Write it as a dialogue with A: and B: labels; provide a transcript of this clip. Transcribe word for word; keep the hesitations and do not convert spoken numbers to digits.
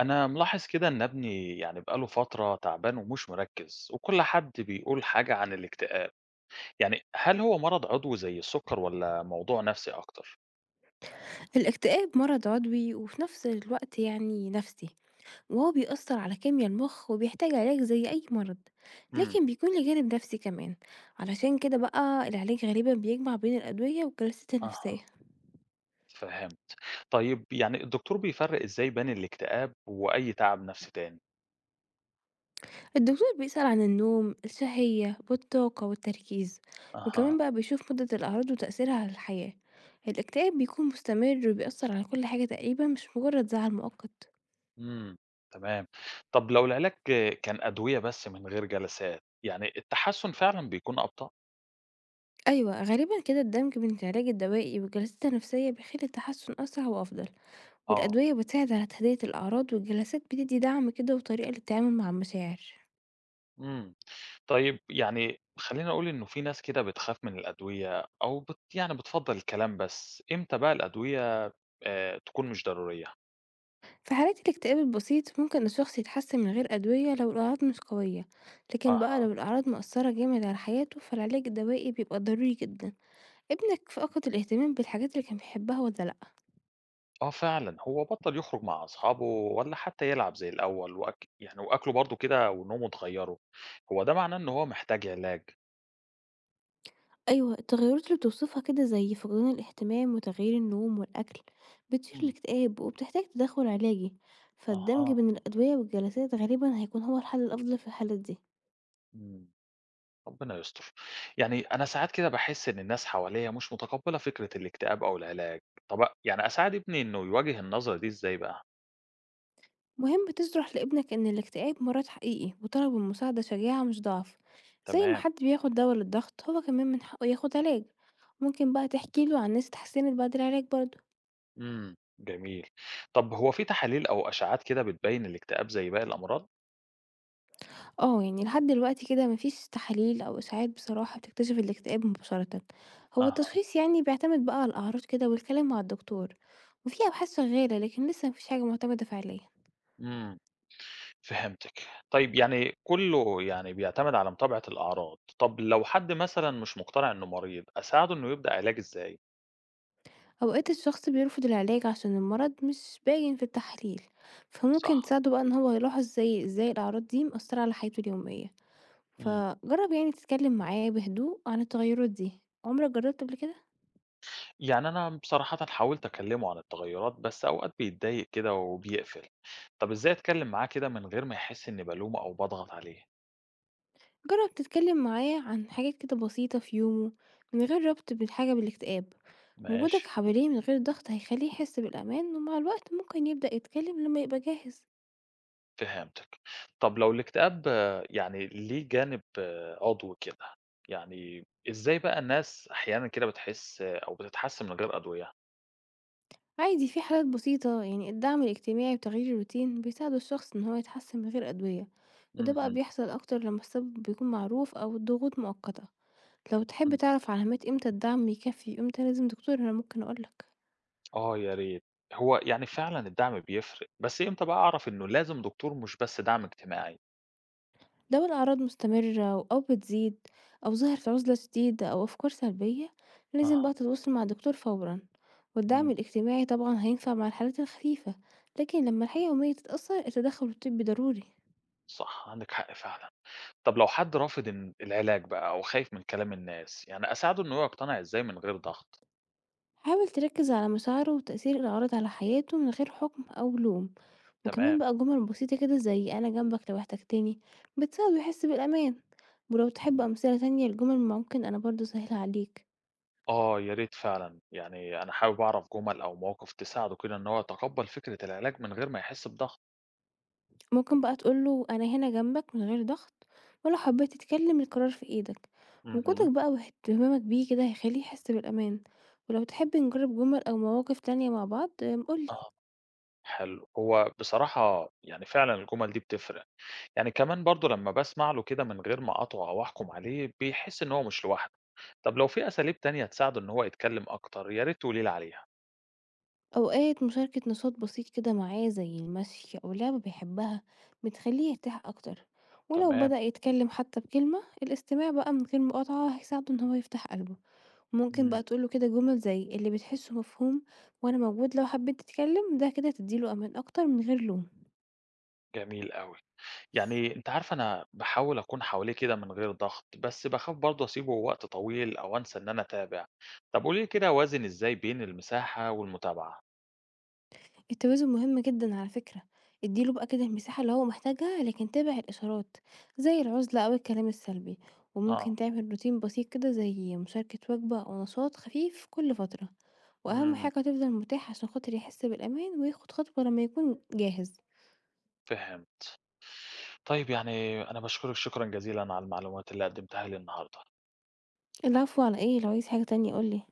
A: أنا ملاحظ كده إن ابني يعني بقاله فترة تعبان ومش مركز وكل حد بيقول حاجة عن الاكتئاب. يعني هل هو مرض عضوي زي السكر ولا موضوع نفسي أكتر؟
B: الاكتئاب مرض عضوي وفي نفس الوقت يعني نفسي. وهو بيأثر على كيمياء المخ وبيحتاج علاج زي أي مرض،
A: امم.
B: لكن بيكون ليه جانب نفسي كمان. علشان كده بقى العلاج غالبا بيجمع بين الأدوية والجلسات
A: أها.
B: النفسية.
A: فهمت. طيب يعني الدكتور بيفرق إزاي بين الاكتئاب وأي تعب نفسي تاني؟
B: الدكتور بيسأل عن النوم الشهية والطاقة والتركيز،
A: أها.
B: وكمان بقى بيشوف مدة الأعراض وتأثيرها على الحياة. الاكتئاب بيكون مستمر وبيأثر على كل حاجة تقريبا، مش مجرد زعل مؤقت.
A: امم. تمام. طب لو العلاج كان أدوية بس من غير جلسات يعني التحسن فعلا بيكون أبطأ؟
B: أيوة غالبا كده، الدمج بين العلاج الدوائي والجلسات النفسية بيخلي التحسن أسرع وأفضل.
A: آه.
B: والأدوية بتساعد على تهدئة الأعراض، والجلسات بتدي دعم كده وطريقة للتعامل مع المشاعر.
A: إمم. طيب يعني خلّيني أقول إنه في ناس كده بتخاف من الأدوية أو بت يعني بتفضّل الكلام بس، إمتى بقى الأدوية آآ تكون مش ضرورية؟
B: في حالات الاكتئاب البسيط ممكن الشخص يتحسن من غير أدوية لو الأعراض مش قوية، لكن بقى
A: أها.
B: لو الأعراض مؤثرة جامد على حياته فالعلاج الدوائي بيبقى ضروري جدا. ابنك فقد الاهتمام بالحاجات اللي كان بيحبها ولا لأ؟
A: آه فعلًا، هو بطّل يخرج مع أصحابه ولا حتى يلعب زي الأول وأك يعني وأكله برضه كده ونومه اتغيّروا، هو ده معناه إن هو محتاج علاج؟
B: أيوة، التغيرات اللي بتوصفها كده زي فقدان الاهتمام وتغيير النوم والأكل بتثير
A: إمم.
B: الاكتئاب وبتحتاج تدخل علاجي. فالدمج
A: أها.
B: بين الأدوية والجلسات غالبا هيكون هو الحل الأفضل في الحالات دي.
A: إمم. ربنا يستر. يعني أنا ساعات كده باحس إن الناس حواليّا مش متقبّلة فكرة الاكتئاب أو العلاج، طب أ يعني أساعد ابني إنه يواجه النظرة دي إزاي بقى؟
B: مهم تشرح لابنك إن الاكتئاب مرض حقيقي وطلب المساعدة شجاعة مش ضعف. زي ما
A: تمام.
B: حد بياخد دواء للضغط، هو كمان من حقه ياخد علاج. ممكن بقى تحكي له عن ناس اتحسنت بعد العلاج برضه.
A: إمم، جميل. طب هو في تحاليل أو أشعات كده بتبيّن الاكتئاب زي باقي الأمراض؟
B: اه، يعني لحد دلوقتي كده مفيش تحاليل أو إشاعات بصراحة بتكتشف الاكتئاب مباشرة. هو
A: أها،
B: التشخيص يعني بيعتمد بقى على الأعراض كده والكلام مع الدكتور. وفي أبحاث شغالة لكن لسه مفيش حاجة معتمدة فعليا.
A: إمم، فهمتِك. طيب يعني كلّه يعني بيعتمد على متابعة الأعراض. طب لو حد مثلًا مش مقتنع إنه مريض، أساعده إنه يبدأ علاج إزاي؟
B: أوقات الشخص بيرفض العلاج عشان المرض مش باين في التحليل، فممكن
A: صح،
B: تساعده بقى إن هو يلاحظ زي ازاي الأعراض دي مأثرة على حياته اليومية.
A: إمم.
B: فجرب يعني تتكلم معاه بهدوء عن التغيرات دي. عمرك جربت قبل كده؟
A: يعني أنا بصراحةً حاولت أكلّمه عن التغيرات، بس أوقات بيتضايق كده وبيقفل. طب إزاي أتكلّم معاه كده من غير ما يحس إني بالومه أو باضغط عليه؟
B: جرب تتكلم معاه عن حاجات كده بسيطة في يومه، من غير ربط بالحاجة بالاكتئاب. وجودك
A: ماشي.
B: حواليه من غير ضغط هيخليه يحس بالأمان، ومع الوقت ممكن يبدأ يتكلم لما يبقى جاهز.
A: فهمتِك. طب لو الاكتئاب آه، يعني ليه جانب آه، عضوي كده، يعني إزاي بقى الناس أحيانًا كده بتحس آه، أو بتتحسن من غير أدوية؟
B: عادي، في حالات بسيطة يعني الدعم الاجتماعي وتغيير الروتين بيساعد الشخص إن هو يتحسن من غير أدوية. وده بقى
A: اهم.
B: بيحصل أكتر لما السبب بيكون معروف أو الضغوط مؤقتة. لو تحب
A: إمم.
B: تعرف علامات امتى الدعم يكفي وامتى لازم دكتور، أنا ممكن أقولك.
A: آه يا ريت. هو يعني فعلًا الدعم بيفرق، بس إمتى بقى أعرف إنه لازم دكتور مش بس دعم اجتماعي؟
B: لو الأعراض مستمرة أو بتزيد، أو ظهرت عزلة شديدة أو أفكار سلبية، لازم
A: أها،
B: بقى تتواصل مع الدكتور فورا. والدعم
A: إمم،
B: الاجتماعي طبعا هينفع مع الحالات الخفيفة، لكن لما الحياة اليومية تتأثر التدخل الطبي ضروري.
A: صح عندِك حق فعلًا. طب لو حد رافض إن العلاج بقى أو خايف من كلام الناس، يعني أساعده إن هو يقتنع إزاي من غير ضغط؟
B: حاول تركز على مشاعره وتأثير العرض على حياته من غير حكم أو لوم. وكمان
A: تمام.
B: بقى جمل بسيطة كده زي أنا جنبك لو احتجتني، بتساعده يحس بالأمان. ولو تحب أمثلة تانية لجمل، ممكن أنا برضو سهلة عليك.
A: آه، يا ريت فعلًا، يعني أنا حابب أعرف جُمل أو مواقف تساعده كده إن هو يتقبّل فكرة العلاج من غير ما يحس بضغط.
B: ممكن بقى تقوله أنا هنا جنبك من غير ضغط، ولو حبيت تتكلم القرار في إيدك. وجودك
A: اهم.
B: بقى واهتمامك بيه كده هيخليه يحس بالأمان. ولو تحب نجرب جمل أو مواقف تانية مع بعض، أم، قولي.
A: آه، حلو. هو بصراحة يعني فعلًا الجُمل دي بتفرق، يعني كمان برضه لمّا باسمع له كده من غير ما أقاطعه أو أحكُم عليه، بيحس إن هو مش لوحده. طَب لو في أساليب تانية تساعده إن هو يتكلّم أكتر، يا ريت تقولي لي عليها. إمم.
B: أوقات مشاركة نشاط بسيط كده معاه زي المشي أو لعبة بيحبها بتخليه يرتاح أكتر. ولو
A: تمام،
B: بدأ يتكلم حتى بكلمة، الاستماع بقى من غير مقاطعة هيساعده إن هو يفتح قلبه. ممكن
A: إمم،
B: بقى تقوله كده جمل زي اللي بتحسه مفهوم، وأنا موجود لو حبيت تتكلم. ده كده تديله أمان أكتر من غير لوم.
A: جميل أوي. يعني أنتِ عارفة أنا باحاول أكون حواليه كده من غير ضغط، بس باخاف برضه أسيبه وقت طويل أو أنسى إن أنا أتابع. طب قولي لي كده أوازن إزاي بين المساحة والمتابعة؟
B: التوازن مهم جدا على فكرة. اديله بقى كده المساحة اللي هو محتاجها، لكن تابع الإشارات زي العزلة أو الكلام السلبي.
A: آه،
B: وممكن تعمل روتين بسيط كده زي مشاركة وجبة أو نشاط خفيف كل فترة. وأهم
A: إمم،
B: حاجة تفضل متاح عشان خاطر يحس بالأمان وياخد خطوة لما يكون جاهز.
A: فهمت. طيب يعني أنا باشكرِك شكرًا جزيلًا على المعلومات اللي قدمتيها لي النهارده.
B: العفو على إيه، لو عايز حاجة تانية قُل لي.